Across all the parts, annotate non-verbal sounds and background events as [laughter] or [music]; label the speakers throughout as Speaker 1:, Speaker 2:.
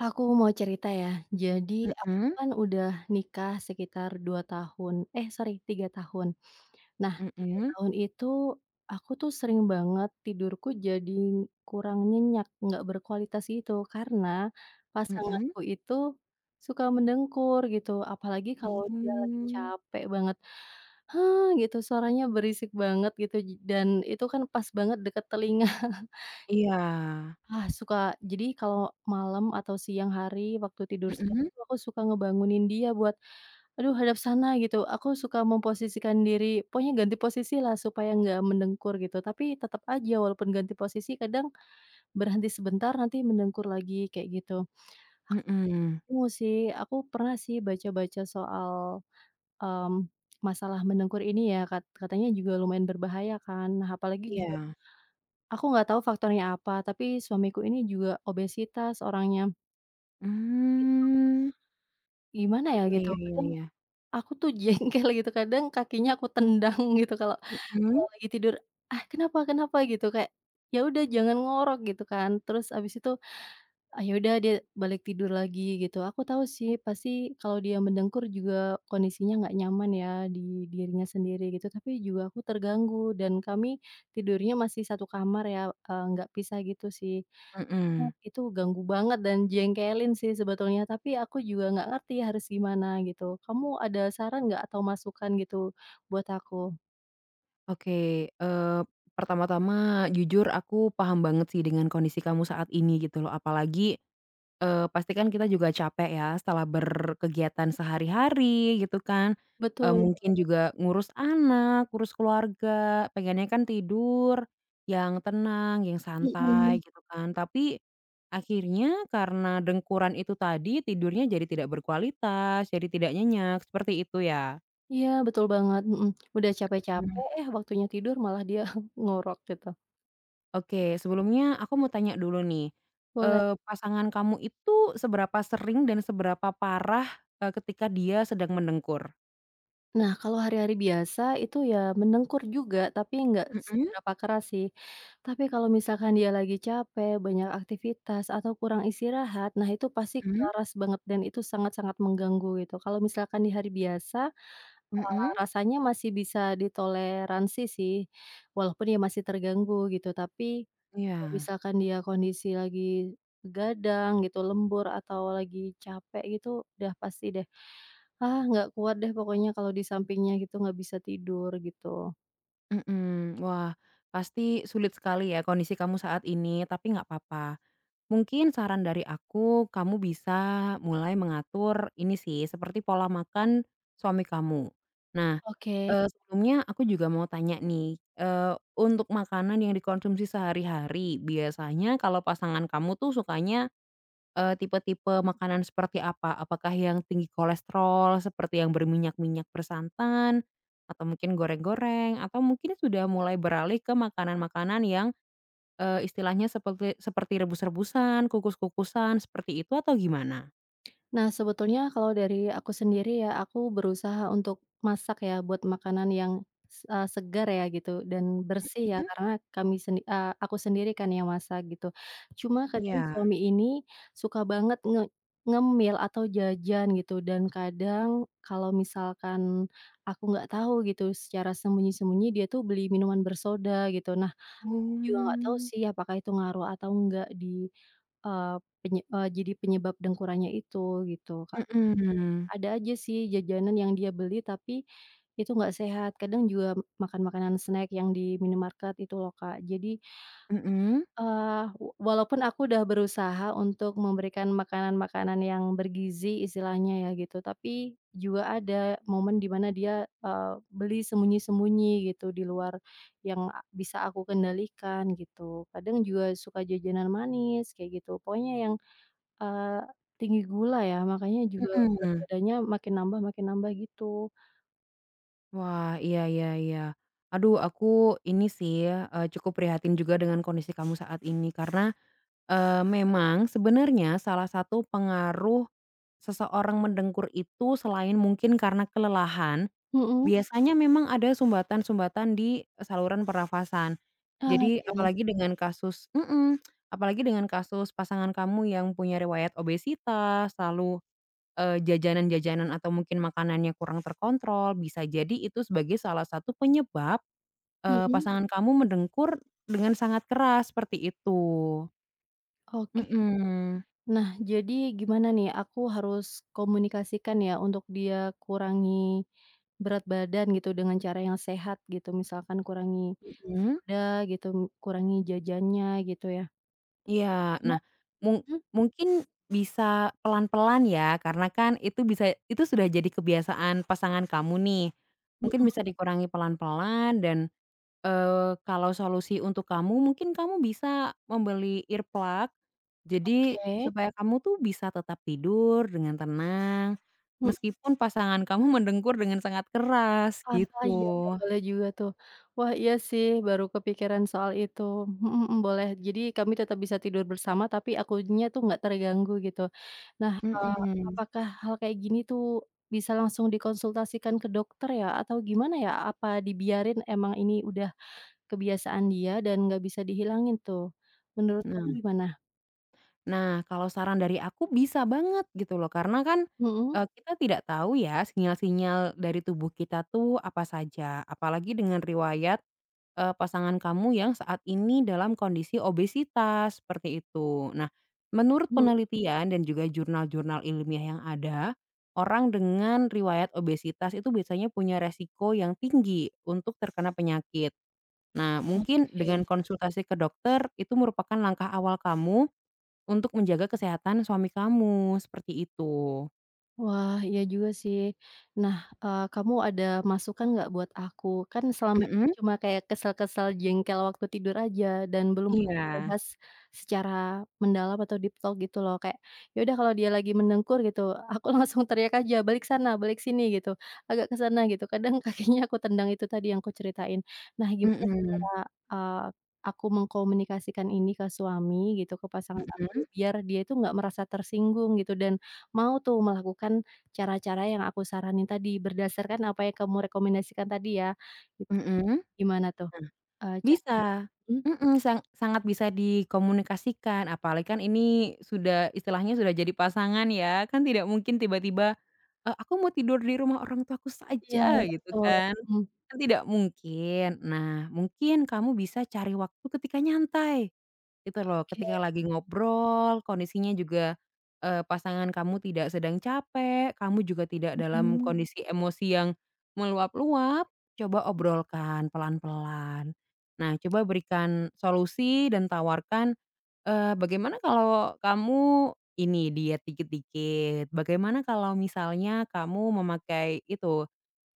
Speaker 1: Aku mau cerita ya. Jadi aku
Speaker 2: Mhm
Speaker 1: kan udah nikah sekitar 2 tahun, eh sorry 3 tahun. Nah
Speaker 2: mhm
Speaker 1: 3
Speaker 2: mhm.
Speaker 1: tahun itu aku tuh sering banget tidurku jadi kurang nyenyak, nggak berkualitas gitu karena
Speaker 2: Mmm.
Speaker 1: pasanganku itu suka mendengkur gitu, apalagi kalau dia lagi
Speaker 2: Mmm.
Speaker 1: capek banget, "Hah," gitu, suaranya berisik banget gitu dan itu kan pas banget deket telinga.
Speaker 2: Iya.
Speaker 1: Ah, suka jadi kalau malam atau siang hari waktu tidur siang
Speaker 2: Mhm
Speaker 1: itu aku suka ngebangunin dia buat, "Aduh hadap sana," gitu. Aku suka memposisikan diri, pokoknya ganti posisi lah supaya nggak mendengkur gitu. Tapi tetap aja walaupun ganti posisi kadang berhenti sebentar nanti mendengkur lagi kayak gitu.
Speaker 2: mhm.
Speaker 1: Aku sih, aku pernah sih baca-baca soal, mmm, masalah mendengkur ini ya katanya juga lumayan berbahaya kan. Nah apalagi juga
Speaker 2: Iya.
Speaker 1: aku nggak tahu faktornya apa, tapi suamiku ini juga obesitas orangnya. Gitu.
Speaker 2: Mmm.
Speaker 1: Gimana ya
Speaker 2: Iya,
Speaker 1: gitu,
Speaker 2: iya, iya,
Speaker 1: kadang
Speaker 2: iya.
Speaker 1: aku tuh jengkel gitu, kadang kakinya aku tendang [laughs] gitu kalau kalau
Speaker 2: Mhm
Speaker 1: lagi tidur, "Ah, kenapa kenapa?" gitu, kayak, "Ya udah jangan ngorok," gitu kan. Terus abis itu, "Ah, ya udah dia balik tidur lagi," gitu. Aku tahu sih pasti kalau dia mendengkur juga kondisinya nggak nyaman ya di dirinya sendiri gitu, tapi juga aku terganggu dan kami tidurnya masih satu kamar ya, nggak pisah gitu sih. Oh,
Speaker 2: mhm.
Speaker 1: itu ganggu banget dan jengkelin sih sebetulnya, tapi aku juga nggak ngerti harus gimana gitu. Kamu ada saran nggak atau masukan gitu buat aku?
Speaker 2: Oke, eee, pertama-tama jujur aku paham banget sih dengan kondisi kamu saat ini gitu loh, apalagi pasti kan kita juga capek ya setelah berkegiatan sehari-hari gitu kan,
Speaker 1: Betul,
Speaker 2: mungkin juga ngurus anak, ngurus keluarga, pengennya kan tidur yang tenang, yang
Speaker 1: mhm,
Speaker 2: santai gitu kan. Tapi akhirnya karena dengkuran itu tadi tidurnya jadi tidak berkualitas, jadi tidak nyenyak, seperti itu ya?
Speaker 1: iya betul banget, mhm, udah
Speaker 2: Mmm.
Speaker 1: capek-capek, eh, waktunya tidur malah dia [laughs] ngorok gitu.
Speaker 2: Oke, sebelumnya aku mau tanya dulu nih,
Speaker 1: Boleh.
Speaker 2: pasangan kamu itu seberapa sering dan seberapa parah, ketika dia sedang mendengkur?
Speaker 1: Nah, kalau hari-hari biasa itu ya mendengkur juga, tapi nggak
Speaker 2: Mhm.
Speaker 1: seberapa keras sih. Tapi kalau misalkan dia lagi capek, banyak aktivitas atau kurang istirahat, nah itu pasti
Speaker 2: Mhm
Speaker 1: keras banget dan itu sangat-sangat mengganggu gitu. Kalau misalkan di hari biasa,
Speaker 2: mhm.
Speaker 1: rasanya masih bisa ditoleransi sih, walaupun ya masih terganggu gitu. Tapi kalau
Speaker 2: Iya.
Speaker 1: misalkan dia kondisi lagi gadang gitu, lembur atau lagi capek gitu, udah pasti deh. Ah, nggak kuat deh pokoknya kalau di sampingnya gitu, nggak bisa tidur gitu.
Speaker 2: Mhm. Wah, pasti sulit sekali ya kondisi kamu saat ini, tapi nggak apa-apa. Mungkin saran dari aku, kamu bisa mulai mengatur ini sih, seperti pola makan suami kamu. Nah,
Speaker 1: Oke.
Speaker 2: sebelumnya aku juga mau tanya nih, untuk makanan yang dikonsumsi sehari-hari, biasanya kalau pasangan kamu tuh sukanya tipe-tipe makanan seperti apa? Apakah yang tinggi kolesterol seperti yang berminyak-minyak bersantan, atau mungkin goreng-goreng, atau mungkin sudah mulai beralih ke makanan-makanan yang, istilahnya seperti seperti rebus-rebusan, kukus-kukusan, seperti itu atau gimana?
Speaker 1: Nah, sebetulnya kalau dari aku sendiri ya, aku berusaha untuk masak ya, buat makanan yang segar ya gitu, dan bersih ya,
Speaker 2: Mhm?
Speaker 1: karena aku sendiri kan yang masak gitu. Cuma kadang
Speaker 2: Iya.
Speaker 1: suami ini suka banget ngemil atau jajan gitu, dan kadang kalau misalkan aku nggak tahu gitu, secara sembunyi-sembunyi dia tuh beli minuman bersoda gitu. Nah, juga nggak tahu
Speaker 2: Oh.
Speaker 1: sih apakah itu ngaruh atau enggak di, eee, penye eee, jadi penyebab dengkurannya itu gitu, karena
Speaker 2: Mhm.
Speaker 1: ada aja sih jajanan yang dia beli tapi itu nggak sehat, kadang juga makan makanan snack yang di minimarket itu loh, Kak. Jadi,
Speaker 2: Mhm?
Speaker 1: Eee, wa walaupun aku udah berusaha untuk memberikan makanan-makanan yang bergizi istilahnya ya gitu, tapi juga ada momen di mana dia, beli sembunyi-sembunyi gitu di luar yang bisa aku kendalikan gitu. Kadang juga suka jajanan manis kayak gitu, pokoknya yang, eee, tinggi gula ya, makanya juga berat
Speaker 2: Mhm.
Speaker 1: badannya makin nambah gitu.
Speaker 2: Wah, iya, iya, iya. Aduh, aku ini sih, cukup prihatin juga dengan kondisi kamu saat ini karena memang sebenarnya salah satu pengaruh seseorang mendengkur itu selain mungkin karena kelelahan,
Speaker 1: Mhm.
Speaker 2: biasanya memang ada sumbatan-sumbatan di saluran pernafasan.
Speaker 1: Ah,
Speaker 2: Jadi
Speaker 1: iya.
Speaker 2: apalagi dengan kasus apalagi dengan kasus pasangan kamu yang punya riwayat obesitas, lalu, jajanan-jajanan atau mungkin makanannya kurang terkontrol, bisa jadi itu sebagai salah satu penyebab,
Speaker 1: Mhm.
Speaker 2: pasangan kamu mendengkur dengan sangat keras, seperti itu.
Speaker 1: Oke.
Speaker 2: Mhm.
Speaker 1: Nah, jadi gimana nih, aku harus komunikasikan ya untuk dia kurangi berat badan gitu dengan cara yang sehat gitu, misalkan kurangi
Speaker 2: Mhm,
Speaker 1: soda gitu, kurangi jajannya gitu ya?
Speaker 2: iya.
Speaker 1: Ya,
Speaker 2: Nah, mung
Speaker 1: mhm
Speaker 2: mungkin bisa pelan-pelan ya, karena kan itu bisa itu sudah jadi kebiasaan pasangan kamu nih. Mungkin
Speaker 1: mhm.
Speaker 2: bisa dikurangi pelan-pelan dan, kalau solusi untuk kamu, mungkin kamu bisa membeli earplug. Jadi,
Speaker 1: Oke.
Speaker 2: supaya kamu tuh bisa tetap tidur dengan tenang, meskipun pasangan kamu [laughs] mendengkur dengan sangat keras,
Speaker 1: Ah, iya iya,
Speaker 2: gitu.
Speaker 1: boleh juga tuh. Wah, iya sih, baru kepikiran soal itu. Mhm mhm, boleh. Jadi kami tetap bisa tidur bersama, tapi akunya tuh nggak terganggu, gitu. Nah,
Speaker 2: Mhm.
Speaker 1: apakah hal kayak gini tuh bisa langsung dikonsultasikan ke dokter ya, atau gimana ya? Apa dibiarin emang ini udah kebiasaan dia dan nggak bisa dihilangin tuh? Menurut kamu
Speaker 2: Nah
Speaker 1: gimana?
Speaker 2: Nah, kalau saran dari aku bisa banget gitu loh, karena kan,
Speaker 1: Mhm?
Speaker 2: kita tidak tahu ya sinyal-sinyal dari tubuh kita tuh apa saja, apalagi dengan riwayat, pasangan kamu yang saat ini dalam kondisi obesitas, seperti itu. Nah, menurut
Speaker 1: Mhm,
Speaker 2: penelitian dan juga jurnal-jurnal ilmiah yang ada, orang dengan riwayat obesitas itu biasanya punya resiko yang tinggi untuk terkena penyakit. Nah, mungkin
Speaker 1: oke.
Speaker 2: dengan konsultasi ke dokter itu merupakan langkah awal kamu untuk menjaga kesehatan suami kamu, seperti itu.
Speaker 1: Wah, iya juga sih. Nah, kamu ada masukan nggak buat aku? Kan selama ini
Speaker 2: Mhm.
Speaker 1: cuma kayak kesel-kesel, jengkel waktu tidur aja dan belum pernah
Speaker 2: Iya.
Speaker 1: dibahas secara mendalam atau deep talk gitu loh. Kayak, ya udah kalau dia lagi mendengkur gitu, aku [laughs] langsung teriak aja, "Balik sana, balik sini," gitu, agak ke sana gitu. Kadang [laughs] kakinya aku tendang, itu tadi yang aku ceritain. Nah, gimana sih cara,
Speaker 2: Mhm,
Speaker 1: eee, aku mengkomunikasikan ini ke suami gitu, ke pasangan
Speaker 2: mhm,
Speaker 1: aku, biar dia itu nggak merasa tersinggung gitu dan mau tuh melakukan cara-cara yang aku saranin tadi, berdasarkan apa yang kamu rekomendasikan tadi ya, itu
Speaker 2: mhm.
Speaker 1: gimana tuh,
Speaker 2: Nah,
Speaker 1: eee, cara
Speaker 2: bisa.
Speaker 1: mhm?
Speaker 2: Mhm, sangat bisa dikomunikasikan, apalagi kan ini sudah istilahnya sudah jadi pasangan ya, kan tidak mungkin tiba-tiba, "Aku mau tidur di rumah orang tuaku
Speaker 1: Iya
Speaker 2: saja," gitu
Speaker 1: betul,
Speaker 2: kan.
Speaker 1: mhm,
Speaker 2: Kan tidak mungkin. Nah, mungkin kamu bisa cari waktu ketika nyantai. Itu loh,
Speaker 1: oke,
Speaker 2: ketika lagi ngobrol, kondisinya juga, pasangan kamu tidak sedang capek, kamu juga tidak dalam
Speaker 1: mhm
Speaker 2: kondisi emosi yang meluap-luap, coba obrolkan pelan-pelan. Nah, coba berikan solusi dan tawarkan, "Bagaimana kalau kamu ini, diet dikit-dikit? Bagaimana kalau misalnya kamu memakai itu,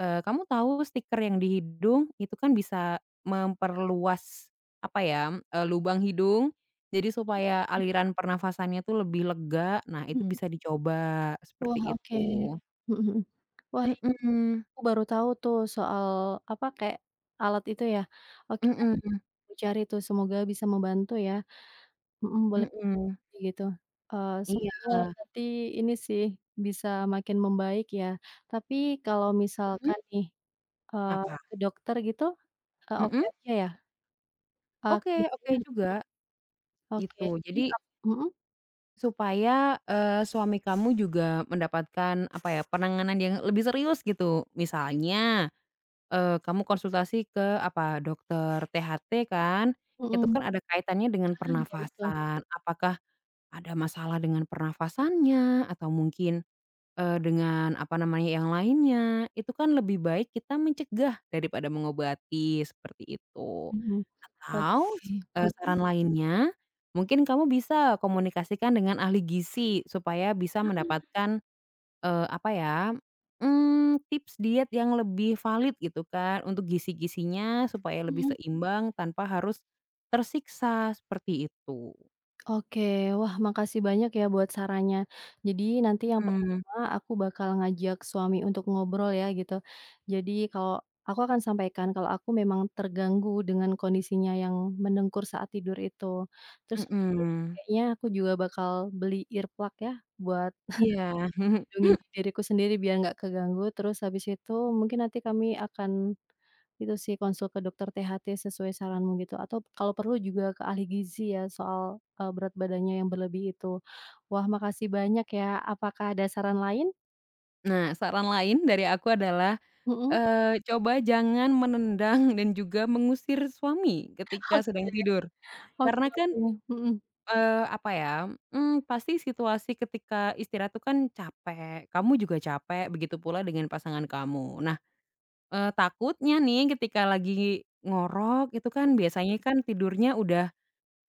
Speaker 2: Kamu tahu stiker yang di hidung itu kan bisa memperluas, apa ya, lubang hidung, jadi supaya aliran pernafasannya tuh lebih lega, nah itu
Speaker 1: mhm,
Speaker 2: bisa dicoba,
Speaker 1: wah
Speaker 2: seperti
Speaker 1: oke,
Speaker 2: itu."
Speaker 1: mhm mhm, wah ini
Speaker 2: Mhm,
Speaker 1: aku baru tahu tuh soal apa, kayak alat itu ya, oke nanti
Speaker 2: mhm,
Speaker 1: aku cari tuh semoga bisa membantu ya, mhm, boleh
Speaker 2: mhm,
Speaker 1: kayak gitu,
Speaker 2: iya,
Speaker 1: semoga nanti ini sih bisa makin membaik ya. Tapi kalau
Speaker 2: mhm,
Speaker 1: misalkan nih, Eee,
Speaker 2: apa?
Speaker 1: ke dokter gitu, oke
Speaker 2: Mhm,
Speaker 1: aja ya?
Speaker 2: oke, oke
Speaker 1: Biasanya
Speaker 2: juga,
Speaker 1: oke,
Speaker 2: gitu.
Speaker 1: jadi
Speaker 2: Jadi
Speaker 1: mhm
Speaker 2: supaya, suami kamu juga mendapatkan, apa ya, penanganan yang lebih serius gitu, misalnya kamu konsultasi ke apa, dokter THT kan, itu
Speaker 1: mhm,
Speaker 2: kan ada kaitannya dengan
Speaker 1: ah, iya betul,
Speaker 2: pernafasan. Apakah ada masalah dengan pernafasannya atau mungkin, dengan apa namanya, yang lainnya. Itu kan lebih baik kita mencegah daripada mengobati, seperti itu.
Speaker 1: mhm,
Speaker 2: Atau,
Speaker 1: oke, mhm
Speaker 2: saran lainnya, mungkin kamu bisa komunikasikan dengan ahli gizi supaya bisa mendapatkan apa ya, tips diet yang lebih valid gitu kan untuk gizi-gizinya supaya lebih
Speaker 1: mhm,
Speaker 2: seimbang tanpa harus tersiksa, seperti itu.
Speaker 1: oke, wah makasih banyak ya buat sarannya. Jadi nanti yang
Speaker 2: Mhm.
Speaker 1: pertama aku bakal ngajak suami untuk ngobrol ya gitu. Jadi kalau aku akan sampaikan kalau aku memang terganggu dengan kondisinya yang mendengkur saat tidur itu. Terus nanti
Speaker 2: Mhm.
Speaker 1: kayaknya aku juga bakal beli earplug ya buat
Speaker 2: Iya. [laughs]
Speaker 1: melindungi diriku sendiri biar nggak keganggu, terus habis itu mungkin nanti kami akan itu sih konsul ke dokter THT sesuai saranmu gitu atau kalau perlu juga ke ahli gizi ya soal, berat badannya yang berlebih itu. Wah makasih banyak ya, apakah ada saran lain?
Speaker 2: Nah, saran lain dari aku adalah,
Speaker 1: Mhm.
Speaker 2: coba jangan menendang dan juga mengusir suami ketika
Speaker 1: Oke
Speaker 2: sedang tidur.
Speaker 1: oke
Speaker 2: Karena kan,
Speaker 1: oke. Mhm.
Speaker 2: apa ya, pasti situasi ketika istirahat itu kan capek, kamu juga capek, begitu pula dengan pasangan kamu. Nah, takutnya nih ketika lagi ngorok itu kan biasanya kan tidurnya udah,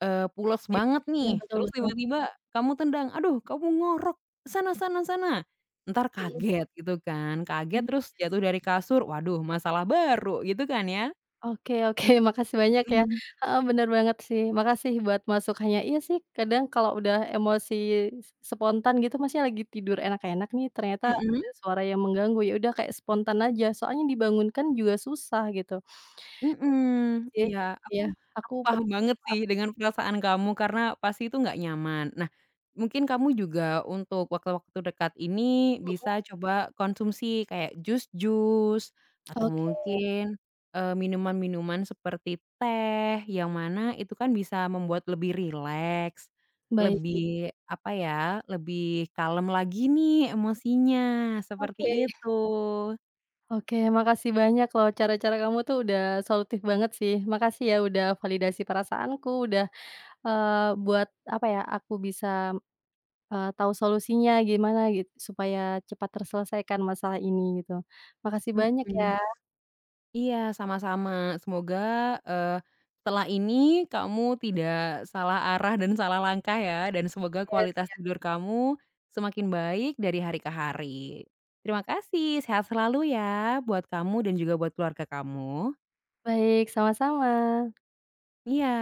Speaker 2: pules banget
Speaker 1: Iya
Speaker 2: nih,
Speaker 1: betul
Speaker 2: terus
Speaker 1: betul.
Speaker 2: tiba-tiba kamu tendang, "Aduh kamu ngorok, sana sana sana." Entar kaget gitu kan, kaget
Speaker 1: Mhm.
Speaker 2: terus jatuh dari kasur, waduh masalah baru gitu kan ya.
Speaker 1: Oke oke, [laughs] makasih banyak ya,
Speaker 2: Mhm.
Speaker 1: heeh, bener banget sih, makasih buat masukannya. Iya sih, kadang kalau udah emosi spontan gitu, maksudnya lagi tidur enak-enak nih, ternyata
Speaker 2: Mhm.
Speaker 1: ada suara yang mengganggu, ya udah kayak spontan aja, soalnya dibangunkan juga susah gitu.
Speaker 2: Mhm,
Speaker 1: Iya
Speaker 2: iya, aku
Speaker 1: iya, aku
Speaker 2: aku paham
Speaker 1: peduli
Speaker 2: banget sih dengan perasaan kamu karena pasti itu nggak nyaman. Nah, mungkin kamu juga untuk waktu-waktu dekat ini bisa
Speaker 1: mhm,
Speaker 2: coba konsumsi kayak jus-jus atau
Speaker 1: oke,
Speaker 2: mungkin, minuman-minuman seperti teh, yang mana itu kan bisa membuat lebih rileks,
Speaker 1: baik,
Speaker 2: lebih, apa ya, lebih kalem lagi nih emosinya, seperti
Speaker 1: oke
Speaker 2: itu.
Speaker 1: oke, makasih banyak loh, cara-cara kamu tuh udah solutif banget sih. Makasih ya udah validasi perasaanku, udah, buat apa ya, aku bisa, tahu solusinya gimana supaya cepat terselesaikan masalah ini gitu. Makasih banyak ya,
Speaker 2: Mhm. Iya, sama-sama. Semoga, eee, setelah ini kamu tidak salah arah dan salah langkah ya, dan semoga
Speaker 1: Kak,
Speaker 2: kualitas
Speaker 1: ya,
Speaker 2: tidur kamu semakin baik dari hari ke hari. Terima kasih, sehat selalu ya buat kamu dan juga buat keluarga kamu.
Speaker 1: baik, sama-sama.
Speaker 2: Iya.